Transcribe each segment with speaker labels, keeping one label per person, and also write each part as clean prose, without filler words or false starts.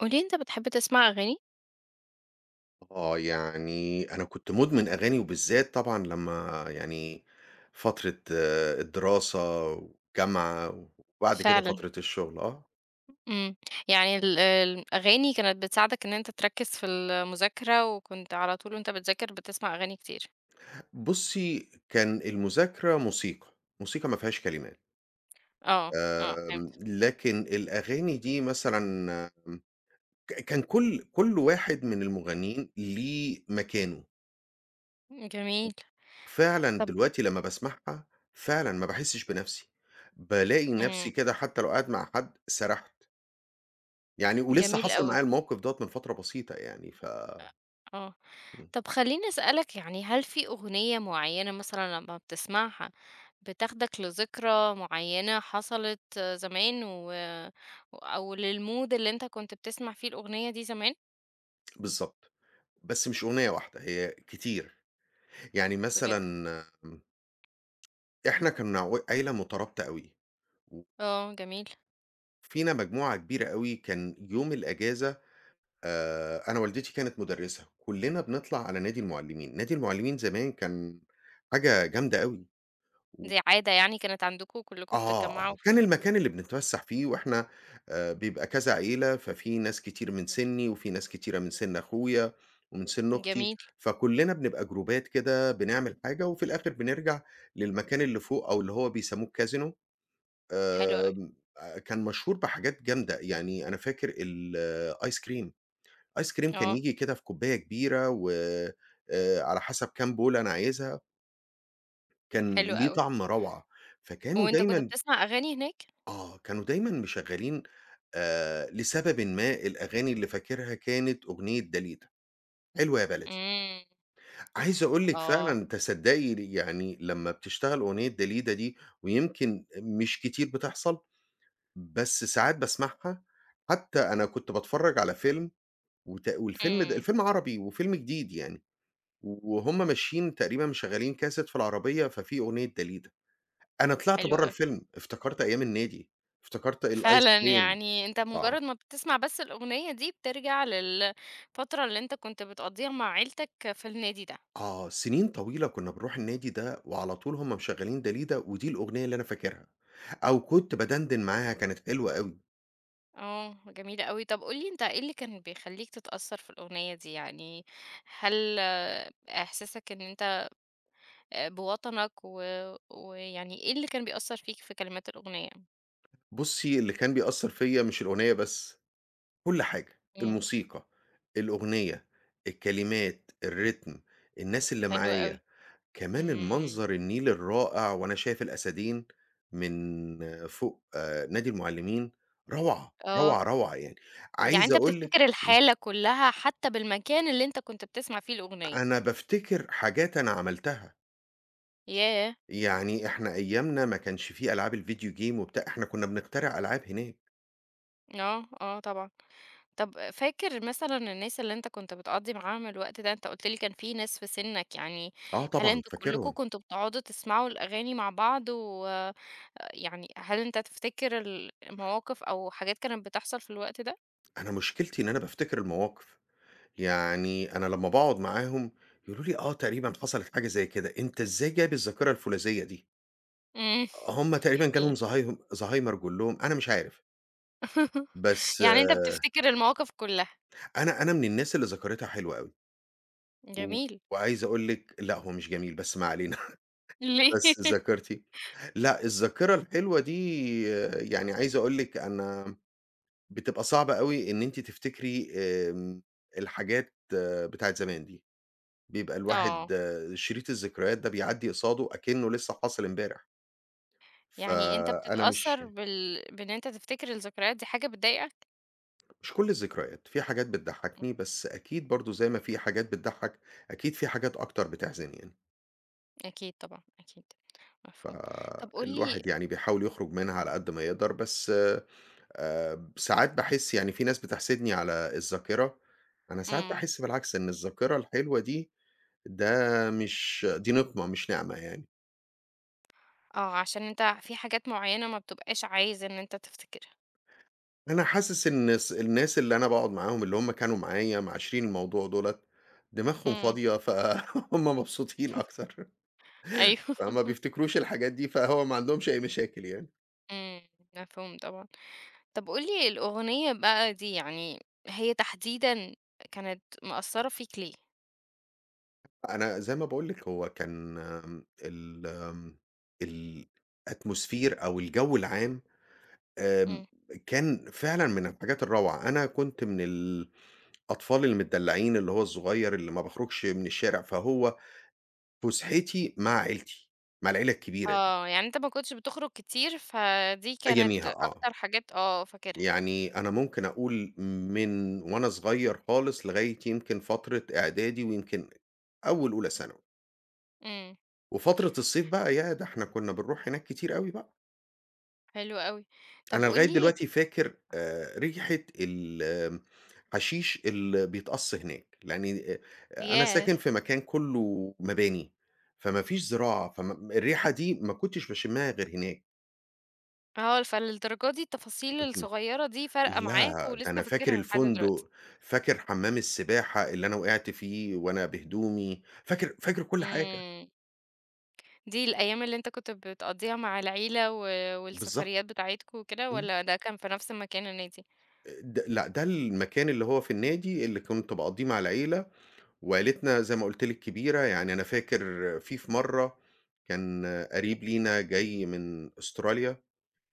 Speaker 1: قُل لي أنت بتحب تسمع أغاني؟
Speaker 2: آه، يعني أنا كنت مُدمن أغاني وبالذات طبعًا لمّا يعني فترة الدراسة والجامعة وبعد كده
Speaker 1: فعلًا.
Speaker 2: فترة الشغل.
Speaker 1: إمم. يعني ال الأغاني كانت بتساعدك إن أنت تركّز في المذاكرة، وكنت على طول وأنت بتذاكر بتسمع أغاني كتير.
Speaker 2: بُصّي، كان المذاكرة موسيقى، موسيقى ما فيهاش كلمات.
Speaker 1: آه، آه، فهمت.
Speaker 2: لكن الأغاني دي مثلًا آمم، كان كل واحد من المغنيين ليه مكانه.
Speaker 1: جميل.
Speaker 2: فعلًا
Speaker 1: طب.
Speaker 2: دلوقتي لمّا باسمعها، فعلًا ما باحسّش بنَفْسي، بالاقي نَفْسي
Speaker 1: إمم.
Speaker 2: كده حتى لو قاعد مع حد سرحت. يعني ولسه
Speaker 1: جميل
Speaker 2: حصل
Speaker 1: أوي.
Speaker 2: معايا الموقف دوّة من فترة بسيطة يعني.
Speaker 1: أ آه.
Speaker 2: إمم.
Speaker 1: طب خلّيني أسألك، يعني هل في أغنية معيّنة مثلًا لمّا بتسمعها بتاخدك لذكرى معيّنة حصلت زمان، أو للmood اللي أنت كنت بتسمع فيه الأغنية دي زمان؟
Speaker 2: بالضبط. بس مش أغنية واحدة، هي كتير. يعني مثلًا
Speaker 1: بجد؟
Speaker 2: آمم، إحنا كنا عيلة مترابطة أوي،
Speaker 1: آه، جميل.
Speaker 2: وفينا مجموعة كبيرة أوي كان يوم الأجازة أنا والدتي كانت مُدرِّسة، كُلّنا بنطلع على نادي المُعلّمين. نادي المُعلّمين زمان كان حاجة جامدة أوي.
Speaker 1: دي عادة يعني كانت عندكم
Speaker 2: آه،
Speaker 1: كلكم
Speaker 2: آه، آه،
Speaker 1: بتتجمعوا
Speaker 2: كان
Speaker 1: في.
Speaker 2: المكان اللي بنتفسّح فيه وإحنا بيبقى كذا عيلة، ففي ناس كتير من سِنّي وفي ناس كتيرة من سِن أخويا ومن سِن أختي،
Speaker 1: جميل.
Speaker 2: فكُلّنا بنبقى جروبات كده بنعمل حاجة وفي الآخِر بنرجع للمكان اللي فوق أو اللي هو بيسمّوه الكازينو،
Speaker 1: حلو أوي.
Speaker 2: آمم كان مشهور بحاجات جامدة، يعني أنا فاكر الآيس كريم، آيس كريم كان
Speaker 1: آه.
Speaker 2: ييجي كده في كوباية كبيرة و على حسب كام بولة أنا عايزها، كان
Speaker 1: حلو
Speaker 2: ليه
Speaker 1: أوي.
Speaker 2: طعم روعة، فكانوا
Speaker 1: وأنت كنت
Speaker 2: دايمًا
Speaker 1: بتسمع أغاني هناك؟
Speaker 2: آه، كانوا دايمًا مشغّلين. لسببٍ ما الأغاني اللي فاكرها كانت أغنية داليدا، حلوة يا بلدي.
Speaker 1: إمم.
Speaker 2: عايز أقول لِك
Speaker 1: آه.
Speaker 2: فعلًا تصدّقي يعني لمّا بتشتغل أغنية داليدا دي ويمكن مش كتير بتحصل، بس ساعات باسمعها، حتى أنا كنت باتفرّج على فيلم والفيلم ده
Speaker 1: إمم.
Speaker 2: الفيلم عربي وفيلم جديد يعني، وهُم ماشيين تقريبًا مشغّلين كاسيت في العربية ففي أغنية داليدا، أنا طلعت
Speaker 1: حلو
Speaker 2: برّه
Speaker 1: أوي.
Speaker 2: الفيلم، افتكرت أيام النادي، افتكرت الآيس
Speaker 1: فعلًا،
Speaker 2: كريم.
Speaker 1: يعني أنت
Speaker 2: آه.
Speaker 1: مجرد ما بتسمع بس الأغنية دي بترجع للفترة اللي أنت كنت بتقضيها مع عيلتك في النادي ده.
Speaker 2: آه، سنين طويلة كنا بنروح النادي ده وعلى طول هُم مشغّلين داليدا ودي الأغنية اللي أنا فاكرها، أو كنت بادندن معاها كانت حلوة أوي.
Speaker 1: آه، جميل أوي. طب قُل لي، أنت إيه اللي كان بيخلّيك تتأثّر في الأغنية دي؟ يعني هل إحساسك إن أنت آه، بوطنك، و ويعني إيه اللي كان بيأثّر فيك في كلمات الأغنية؟
Speaker 2: بُصّي، اللي كان بيأثّر فيّا مش الأغنية بس، كل حاجة،
Speaker 1: إمم.
Speaker 2: الموسيقى، الأغنية، الكلمات، الريتم، الناس اللي
Speaker 1: حلو
Speaker 2: معايا،
Speaker 1: أوي.
Speaker 2: كمان
Speaker 1: إمم.
Speaker 2: المنظر النيل الرائع وأنا شايف الأسادين من فوق نادي المُعلّمين، روعة،
Speaker 1: آه،
Speaker 2: روعة، روعة يعني.
Speaker 1: يعني
Speaker 2: عايز
Speaker 1: أنت
Speaker 2: أقول لِك
Speaker 1: بتفتكر الحالة كلّها حتى بالمكان اللي أنت كنت بتسمع فيه الأغنية.
Speaker 2: أنا بافتكر حاجات أنا عملتها.
Speaker 1: ياه!
Speaker 2: يعني إحنا أيامنا ما كانش في ألعاب الفيديو game وبتاع، إحنا كُنّا بنخترع ألعاب هناك.
Speaker 1: آه، آه طبعًا. طب فاكر مثلًا الناس اللي أنت كنت بتقضّي معاهم الوقت ده؟ أنت قُلت لي كان في ناس في سنّك، يعني
Speaker 2: آه
Speaker 1: هل
Speaker 2: طبعًا
Speaker 1: أنتم كلّكم
Speaker 2: فاكرهم.
Speaker 1: كنتم بتقعدوا تسمعوا الأغاني مع بعض، و يعني هل أنت تفتكر مواقف أو حاجات كانت بتحصل في الوقت ده؟
Speaker 2: أنا مشكلتي إن أنا بافتكر المواقف. يعني أنا لمّا باقعد معاهم يقولوا لي: "آه تقريبًا حصلت حاجة زي كده." أنت إزاي جايب الذاكرة الفولاذية دي؟
Speaker 1: إمم.
Speaker 2: هم تقريبًا
Speaker 1: ي
Speaker 2: جالهم زهايمر كلّهم، أنا مش عارف. بس
Speaker 1: يعني أنت بتفتكر المواقف كلّها.
Speaker 2: أنا من الناس اللي ذاكرتها حلوة أوي، و
Speaker 1: جميل.
Speaker 2: وعايز أقول لِك لأ هو مش جميل بس ما علينا.
Speaker 1: ليه؟
Speaker 2: بس ذاكرتي لأ الذاكرة الحلوة دي يعني عايز أقول لِك أنا بتبقى صعبة أوي إن أنتِ تفتكري الحاجات بتاعة زمان دي، بيبقى
Speaker 1: آه،
Speaker 2: الواحد شريط الذكريات ده بيعدّي قصاده أكنه لسه حاصل امبارح،
Speaker 1: يعني أنت
Speaker 2: فأنا مش
Speaker 1: بتتأثّر بإن أنت تفتكر الذكريات دي، حاجة بتضايقك؟
Speaker 2: مش كل الذكريات، في حاجات
Speaker 1: إمم.
Speaker 2: بتضحكني، بس أكيد برضه زي ما في حاجات بتضحك، أكيد في حاجات أكتر بتحزن يعني،
Speaker 1: أكيد طبعًا، أكيد. مفهوم. طب قُل لي.
Speaker 2: فالواحد يعني بيحاول يخرج منها على قد ما يقدر، بس ساعات باحس يعني في ناس بتحسدني على الذاكرة، أنا ساعات
Speaker 1: إمم.
Speaker 2: باحس بالعكس إن الذاكرة الحلوة دي ده مش دي نقمة مش نعمة يعني.
Speaker 1: آه، عشان أنت في حاجات معيّنة ما بتبقاش عايز إن أنت تفتكرها.
Speaker 2: أنا حاسس إن الناس اللي أنا باقعد معاهم اللي هم كانوا معايا معاشرين الموضوع دُولة، دماغهم
Speaker 1: إمم.
Speaker 2: فاضية فهُم مبسوطين أكتر،
Speaker 1: أيوه.
Speaker 2: فما بيفتكروش الحاجات دي، فهو ما عندهمش أي مشاكل يعني.
Speaker 1: إمم. مفهوم طبعًا. طب قُل لي الأغنية بقى دي يعني، هي تحديدًا كانت مأثّرة فيك ليه؟
Speaker 2: أنا زي ما باقول لِك هو كان آمم ال آمم الatmosphere أو الجو العام آمم
Speaker 1: إمم.
Speaker 2: كان فعلًا من الحاجات الروعة. أنا كنت من الأطفال المدلعين اللي هو الصغير اللي ما باخرجش من الشارع، فهو فُسحتي مع عيلتي، مع العيلة الكبيرة دي،
Speaker 1: آه، يعني أنت ما كنتش بتخرج كتير، فدي كانت
Speaker 2: أياميها،
Speaker 1: أكتر حاجات آه، فاكرها.
Speaker 2: يعني أنا ممكن أقول من وأنا صغير خالص لغاية يمكن فترة إعدادي ويمكن أولى ثانوي،
Speaker 1: إمم.
Speaker 2: وفترة الصيف بقى ياه! ده إحنا كنا بنروح هناك كتير أوي بقى،
Speaker 1: حلو أوي. طب
Speaker 2: أنا
Speaker 1: قُل
Speaker 2: لغاية
Speaker 1: لي.
Speaker 2: دلوقتي فاكر ريحة ال حشيش اللي بيتقص هناك، لأني أنا
Speaker 1: ياه!
Speaker 2: ساكن في مكان كلّه مباني، فما فيش زراعة، فم الريحة دي ما كنتش باشمّها غير هناك.
Speaker 1: آه، فللدرجة دي التفاصيل الصغيّرة دي فارقة
Speaker 2: لأ،
Speaker 1: معاك
Speaker 2: ده أنا
Speaker 1: ولسه
Speaker 2: فاكر
Speaker 1: فاكرها لحد دلوقتي.
Speaker 2: الفندق، فاكر حمام السباحة اللي أنا وقعت فيه وأنا بهدومي، فاكر كل حاجة،
Speaker 1: إمم. دي الأيام اللي أنت كنت بتقضّيها مع العيلة و
Speaker 2: بالضبط،
Speaker 1: والسفريات بتاعتكم وكده،
Speaker 2: إمم،
Speaker 1: والّا ده كان في نفس مكان النادي؟
Speaker 2: لأ، ده المكان اللي هو في النادي اللي كنت باقضيه مع العيلة، وعيلتنا زي ما قُلت لِك كبيرة، يعني أنا فاكر في مرة كان قريب لينا جاي من أستراليا،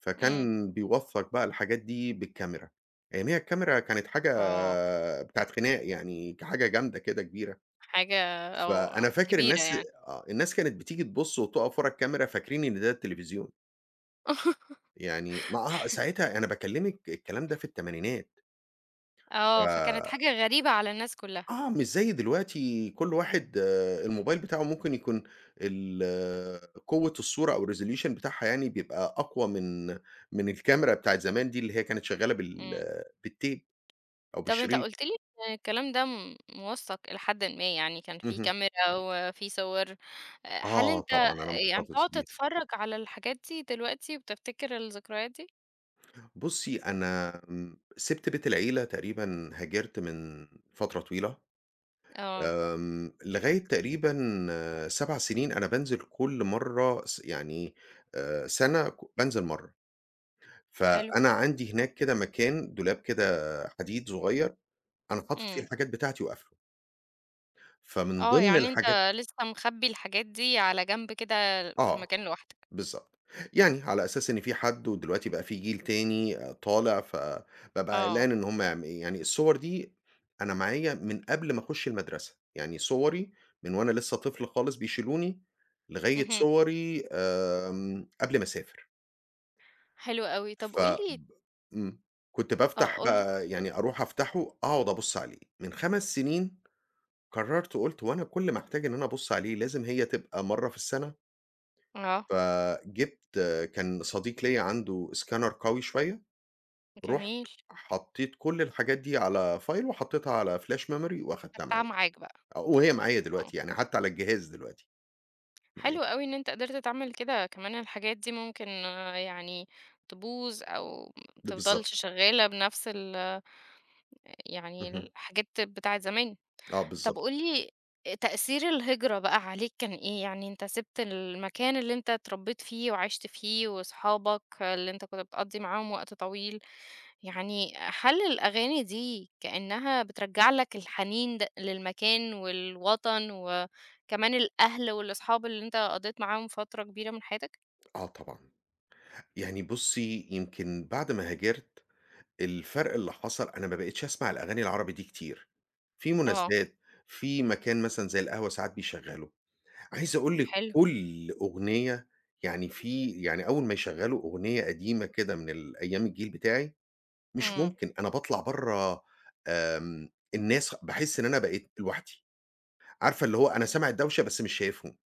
Speaker 2: فكان
Speaker 1: إمم.
Speaker 2: بيوثّق بقى الحاجات دي بالكاميرا، أياميها الكاميرا كانت حاجة
Speaker 1: آه.
Speaker 2: بتاعة خناق يعني، حاجة جامدة كده كبيرة.
Speaker 1: حاجة
Speaker 2: فأنا
Speaker 1: آه،
Speaker 2: فاكر
Speaker 1: كبيرة
Speaker 2: الناس.
Speaker 1: يعني.
Speaker 2: آه، الناس كانت بتيجي تبُص وتُقف ورا الكاميرا فاكرين إن ده التلفزيون، يعني ما آه، ساعتها أنا باكلّمِك الكلام ده في التمانينات،
Speaker 1: آه، فكانت
Speaker 2: ف
Speaker 1: حاجة غريبة على الناس كلّها.
Speaker 2: آه، مش زي دلوقتي كل واحد، الموبايل بتاعه ممكن يكون ال آه، قوة الصورة أو الresolution بتاعها يعني بيبقى أقوى من من الكاميرا بتاعة زمان دي اللي هي كانت شغّالة بال
Speaker 1: إمم.
Speaker 2: آه، بالتيب أو
Speaker 1: طب أنت
Speaker 2: بالشريط.
Speaker 1: قُلت لي إن الكلام ده موثّق إلى حدٍ ما، يعني كان في
Speaker 2: اهم.
Speaker 1: كاميرا وفي صور. هل
Speaker 2: آه
Speaker 1: أنت
Speaker 2: طبعًا
Speaker 1: آه.
Speaker 2: أنا
Speaker 1: يعني
Speaker 2: محتفظ
Speaker 1: بتقعد
Speaker 2: بيها.
Speaker 1: تتفرّج على الحاجات دي دلوقتي وبتفتكر الذكريات دي؟
Speaker 2: بُصّي، أنا سِبت بيت العيلة تقريبًا هاجرت من فترة طويلة.
Speaker 1: آه،
Speaker 2: لغاية تقريبًا 7 سنين أنا بانزل كل مرّة يعني سَنة بانزل مرّة،
Speaker 1: حلو.
Speaker 2: فأنا عندي هناك كده مكان دولاب كده حديد صغيّر، أنا حاطط فيه
Speaker 1: إمم.
Speaker 2: الحاجات بتاعتي وقافله، فمن
Speaker 1: آه،
Speaker 2: ضمن
Speaker 1: يعني
Speaker 2: الحاجات.
Speaker 1: أنت لسه مخبّي الحاجات دي على جنب كده في
Speaker 2: آه.
Speaker 1: مكان لوحدك.
Speaker 2: بالضبط. يعني على أساس إن في حد ودلوقتي بقى في جيل تاني طالع، فبابقى
Speaker 1: آه.
Speaker 2: قلقان إن هم يعني الصور دي أنا معايا من قبل ما أخُش المدرسة، يعني صوري من وأنا لسه طفل خالص بيشيلوني، لغاية
Speaker 1: اهم.
Speaker 2: صوري قبل ما أسافر.
Speaker 1: حلو أوي. طب
Speaker 2: ف
Speaker 1: قُل لي.
Speaker 2: ب إمم. كنت
Speaker 1: آه،
Speaker 2: بافتح
Speaker 1: قُل لي.
Speaker 2: بقى يعني أروح أفتحه أقعد أبُص عليه. من 5 سنين قررت قُلت هو أنا كل ما أحتاج إن أنا أبُص عليه لازم هي تبقى مرّة في السَنة؟
Speaker 1: آه.
Speaker 2: فجِبت كان صديق ليّا عنده scanner قوي شوية، رُحت
Speaker 1: جميل.
Speaker 2: حطّيت كل الحاجات دي على file وحطّيتها على flash memory وأخدتها
Speaker 1: خدتها
Speaker 2: معايا،
Speaker 1: معاك بقى.
Speaker 2: وهي معايا
Speaker 1: آه.
Speaker 2: دلوقتي يعني حتى على الجهاز دلوقتي معايا،
Speaker 1: حلو أوي إن أنت قدرت تعمل كده، كمان الحاجات دي ممكن آه، يعني تبوظ أو ما
Speaker 2: ده
Speaker 1: تفضلش
Speaker 2: بالضبط.
Speaker 1: شغالة بنفس ال، يعني
Speaker 2: اهم.
Speaker 1: الحاجات بتاعة زمان.
Speaker 2: آه
Speaker 1: طب
Speaker 2: بالضبط.
Speaker 1: قُل لي، تأثير الهجرة بقى عليك كان إيه؟ يعني أنت سِبت المكان اللي أنت اتربيت فيه وعِشت فيه وأصحابك اللي أنت كنت بتقضّي معاهم وقت طويل. يعني هل الأغاني دي كأنها بترجّع لك الحنين للمكان والوطن، وكمان الأهل والأصحاب اللي أنت قضّيت معاهم فترة كبيرة من حياتك؟
Speaker 2: آه طبعًا، يعني بُصّي يمكن بعد ما هاجرت الفرق اللي حصل أنا ما بقيتش أسمع الأغاني العربي دي كتير، في
Speaker 1: آه.
Speaker 2: مناسبات، في مكان مثلًا زي القهوة ساعات بيشغّلوا عايز أقول لِك
Speaker 1: حلو.
Speaker 2: كل أغنية، يعني في يعني أول ما يشغّلوا أغنية قديمة كده من ال أيام الجيل بتاعي، مش
Speaker 1: إمم.
Speaker 2: ممكن، أنا باطلع برّه. الناس، باحس إن أنا بقيت لوحدي، عارفة اللي هو أنا سامع الدوشة بس مش شايفهم.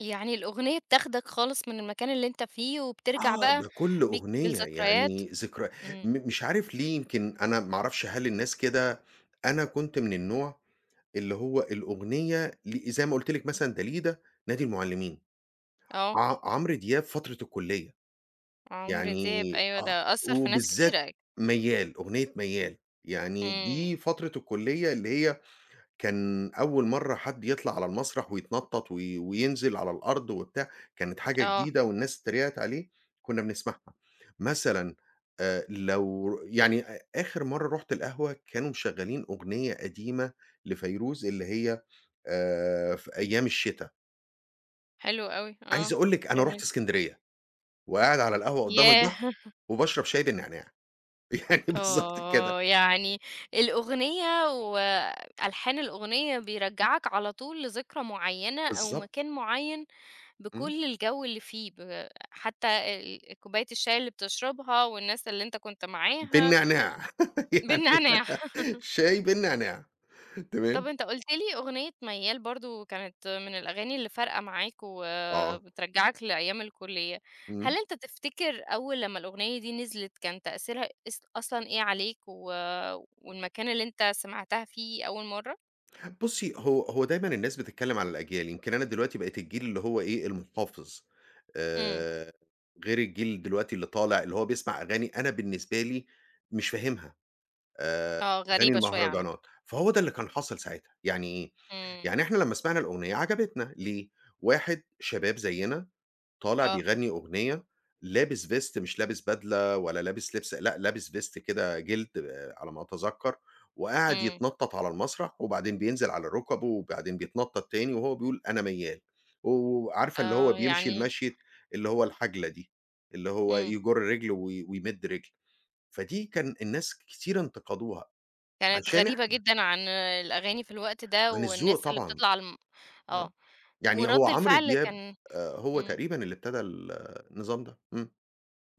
Speaker 1: يعني الأغنية بتاخدك خالص من المكان اللي أنت فيه، وبترجع
Speaker 2: آه.
Speaker 1: بقى
Speaker 2: ده كل
Speaker 1: بيك
Speaker 2: أغنية
Speaker 1: بالذكريات.
Speaker 2: يعني ذكرى.
Speaker 1: إمم.
Speaker 2: مش عارف ليه يمكن أنا ما أعرفش هل الناس كده، أنا كنت من النوع اللي هو الأغنية زي ما قُلت لِك مثلًا داليدا، نادي المُعلّمين،
Speaker 1: آه،
Speaker 2: عمرو دياب فترة الكُلّية.
Speaker 1: عمرو دياب
Speaker 2: يعني
Speaker 1: أيوه،
Speaker 2: آه،
Speaker 1: ده أثّر في ناس كتيرة
Speaker 2: وبالذات ميّال، أغنية ميّال، يعني
Speaker 1: إمم.
Speaker 2: دي فترة الكُلّية اللي هي كان أول مرّة حد يطلع على المسرح ويتنطّط وينزل على الأرض وبتاع، كانت حاجة
Speaker 1: آه.
Speaker 2: جديدة والناس اتريقت عليه، كُنّا بنسمعها. مثلًا لو يعني آخر مرّة رُحت القهوة كانوا مشغّلين أغنية قديمة لفيروز اللي هي في أيام الشتا.
Speaker 1: حلو أوي.
Speaker 2: عايز
Speaker 1: آه،
Speaker 2: أقول لِك أنا رُحت
Speaker 1: جميل.
Speaker 2: إسكندرية وقاعد على القهوة قُدّام البحر
Speaker 1: ياه!
Speaker 2: وباشرب شاي بالنعناع. يعني بالضبط كده،
Speaker 1: آه، يعني الأغنية وألحان الأغنية بيرجّعك على طول لذكرى معيّنة أو
Speaker 2: بالضبط،
Speaker 1: مكان معيّن،
Speaker 2: إمم،
Speaker 1: بكل الجَو اللي فيه، حتى كوباية الشاي اللي بتشربها والناس اللي أنت كنت معاها.
Speaker 2: بالنعناع يعني
Speaker 1: بالنعناع.
Speaker 2: شاي بالنعناع
Speaker 1: طب
Speaker 2: تمام.
Speaker 1: أنت قُلت لي أغنية ميّال برضه كانت من الأغاني اللي فارقة معاك
Speaker 2: آه.
Speaker 1: وبترجّعك لأيام الكُلّية.
Speaker 2: إمم،
Speaker 1: هل أنت تفتكر أول لمّا الأغنية دي نزلت كان تأثيرها أصلًا إيه عليك، و والمكان اللي أنت سمعتها فيه أول مرّة؟
Speaker 2: بُصّي هو دايمًا الناس بتتكلم على الأجيال، يمكن أنا دلوقتي بقيت الجيل اللي هو إيه، المحافظ،
Speaker 1: إمم.
Speaker 2: آآ، غير الجيل دلوقتي اللي طالع اللي هو بيسمع أغاني أنا بالنسبة لي مش فاهمها،
Speaker 1: آه،
Speaker 2: أغاني
Speaker 1: غريبة شوية عنك.
Speaker 2: المهرجانات، فهو ده اللي كان حاصل ساعتها، يعني إيه؟
Speaker 1: إمم.
Speaker 2: يعني إحنا لمّا سمعنا الأغنية عجبتنا ليه؟ واحد شباب زيّنا طالع
Speaker 1: آه.
Speaker 2: بيغني أغنية، لابس vest مش لابس بدلة ولا لابس لبس لأ، لابس vest كده جلد على ما أتذكّر، وقاعد
Speaker 1: إمم.
Speaker 2: يتنطّط على المسرح وبعدين بينزل على ركبه وبعدين بيتنطّط تاني وهو بيقول أنا ميّال، وعارفة اللي هو
Speaker 1: آه،
Speaker 2: بيمشي
Speaker 1: يعني.
Speaker 2: المشية اللي هو الحَجلة دي، اللي هو
Speaker 1: إمم.
Speaker 2: يجُر رجل ويمِد رجل، فدي كان الناس كتير انتقدوها
Speaker 1: كانت
Speaker 2: عشان إح
Speaker 1: غريبة جدًا عن الأغاني في الوقت ده،
Speaker 2: عن الذوق
Speaker 1: والناس اللي
Speaker 2: طبعًا.
Speaker 1: بتطلع على الم.
Speaker 2: آه،
Speaker 1: آه.
Speaker 2: يعني هو
Speaker 1: ورَد
Speaker 2: عمرو
Speaker 1: الفعل
Speaker 2: دياب
Speaker 1: كان.
Speaker 2: هو
Speaker 1: إمم.
Speaker 2: تقريبًا اللي ابتدى النظام ده.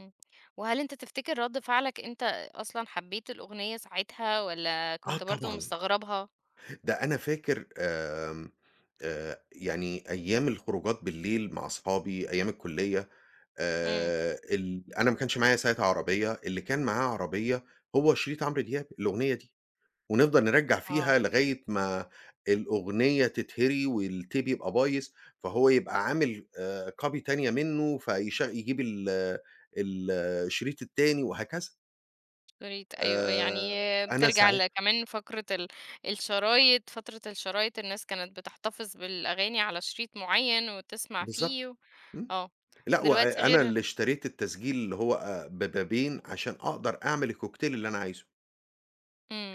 Speaker 1: إمم. وهل أنت تفتكر رَد فعلك أنت أصلًا حبيت الأغنية ساعتها والّا
Speaker 2: آه
Speaker 1: كنت برضه
Speaker 2: طبعًا.
Speaker 1: مستغربها؟
Speaker 2: ده أنا فاكر آمم، يعني أيام الخروجات بالليل مع أصحابي أيام الكلية،
Speaker 1: إمم.
Speaker 2: ال أنا ما كانش معايا ساعتها عربية، اللي كان معاه عربية هو شريط عمرو دياب الأغنية دي، ونفضل نرجّع فيها
Speaker 1: آه.
Speaker 2: لغاية ما الأغنية تتهري والتيب يبقى بايظ، فهو يبقى عامل copy تانية منه فيش يجيب الشريط التاني وهكذا.
Speaker 1: شريط، أيوه. يعني
Speaker 2: آآ، أنا
Speaker 1: بترجع
Speaker 2: ساعت
Speaker 1: كمان فقرة ال، الشرايط. فترة الشرايط الناس كانت بتحتفظ بالأغاني على شريط معيّن وتسمع فيه.
Speaker 2: بالضبط.
Speaker 1: و
Speaker 2: إمم.
Speaker 1: آه،
Speaker 2: لأ،
Speaker 1: دلوقتي
Speaker 2: وأنا
Speaker 1: غير.
Speaker 2: اللي اشتريت التسجيل اللي هو ببابين عشان أقدر أعمل الكوكتيل اللي أنا عايزه،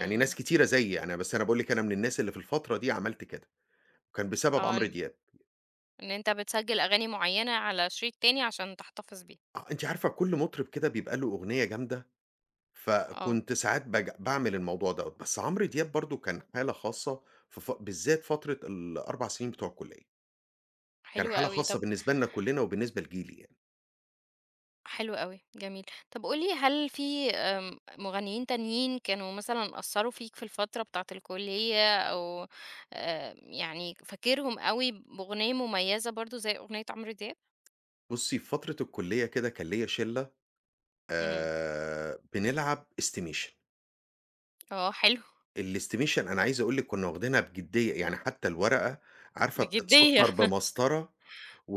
Speaker 2: يعني ناس كتيرة زيي يعني بس أنا باقول لِك أنا من الناس اللي في الفترة دي عملت كده، كان بسبب
Speaker 1: آه،
Speaker 2: عمرو
Speaker 1: إن
Speaker 2: دياب.
Speaker 1: إن أنت بتسجّل أغاني معيّنة على شريط تاني عشان تحتفظ بيها.
Speaker 2: آه، أنتِ عارفة كل مطرب كده بيبقى له أغنية جامدة،
Speaker 1: آه.
Speaker 2: فكنت ساعات باعمل الموضوع دوّة، بس عمرو دياب برضه كان حالة خاصة في بالذات فترة ال4 سنين بتوع الكلية، كان
Speaker 1: حلو
Speaker 2: حالة
Speaker 1: أوي.
Speaker 2: خاصة
Speaker 1: طَب.
Speaker 2: بالنسبة لنا كلنا وبالنسبة لجيلي يعني.
Speaker 1: حلو أوي، جميل. طب قُل لي، هل في مغنيين تانيين كانوا مثلًا أثّروا فيك في الفترة بتاعة الكُلّية، أو يعني فاكرهم أوي بأغنية مميّزة برضه زي أغنية عمرو دياب؟
Speaker 2: بُصي في فترة الكلية كده كان ليّا شلة
Speaker 1: إمم.
Speaker 2: بنلعب استيميشن.
Speaker 1: آه، حلو.
Speaker 2: الestimation أنا عايز أقول لِك كنا واخدينها بجدية، يعني حتى الورقة عارفة بتتسطر
Speaker 1: بجدية.
Speaker 2: بمسطرة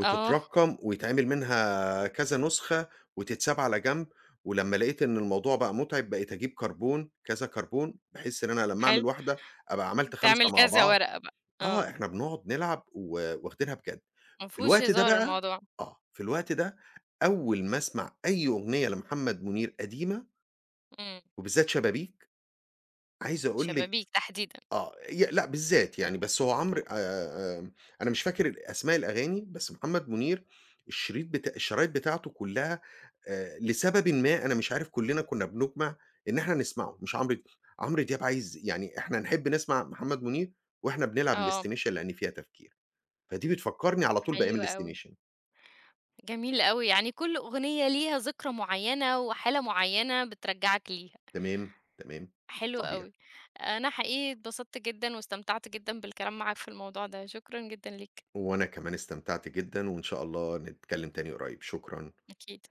Speaker 1: آه،
Speaker 2: ويتعمل منها كذا نسخة وتتساب على جنب، ولمّا لقيت إن الموضوع بقى مُتعب بقيت أجيب كربون، كذا كربون، بحيث إن أنا لمّا أعمل
Speaker 1: حلو.
Speaker 2: واحدة أبقى عملت 5
Speaker 1: تعمل
Speaker 2: مع
Speaker 1: كذا
Speaker 2: بعض.
Speaker 1: ورقة بقى.
Speaker 2: آه،
Speaker 1: آه.
Speaker 2: إحنا بنقعد نلعب واخدينها بجد.
Speaker 1: ما
Speaker 2: في
Speaker 1: فيهوش
Speaker 2: الوقت ده
Speaker 1: هزار
Speaker 2: بقى
Speaker 1: الموضوع.
Speaker 2: آه، في الوقت ده أول ما أسمع أي أغنية لمحمد منير قديمة
Speaker 1: إمم.
Speaker 2: وبالذات شبابيك، عايز أقول لِك
Speaker 1: شبابيك تحديدًا.
Speaker 2: آه، لأ بالذات يعني، بس هو عمرو آمم، أنا مش فاكر ال أسماء الأغاني، بس محمد منير الشريط بتا الشرايط بتاعته كلّها، لسببٍ ما أنا مش عارف كلّنا كنّا بنُجمع إن إحنا نسمعه، مش عمرو دياب عايز يعني إحنا نحب نسمع محمد منير وإحنا بنلعب
Speaker 1: آه،
Speaker 2: الplaystation لإن فيها تفكير، فدي بتفكّرني على طول
Speaker 1: حلو
Speaker 2: بأيام
Speaker 1: أوي،
Speaker 2: الplaystation.
Speaker 1: جميل أوي. يعني كل أغنية ليها ذكرى معيّنة وحالة معيّنة بترجّعك ليها.
Speaker 2: تمام، تمام،
Speaker 1: حلو
Speaker 2: صحيح.
Speaker 1: أوي. أنا حقيقي اتبسطت جدًا واستمتعت جدًا بالكلام معاك في الموضوع ده، شكرًا جدًا ليك.
Speaker 2: وأنا كمان استمتعت جدًا وإن شاء الله نتكلّم تاني قريب، شكرًا.
Speaker 1: أكيد.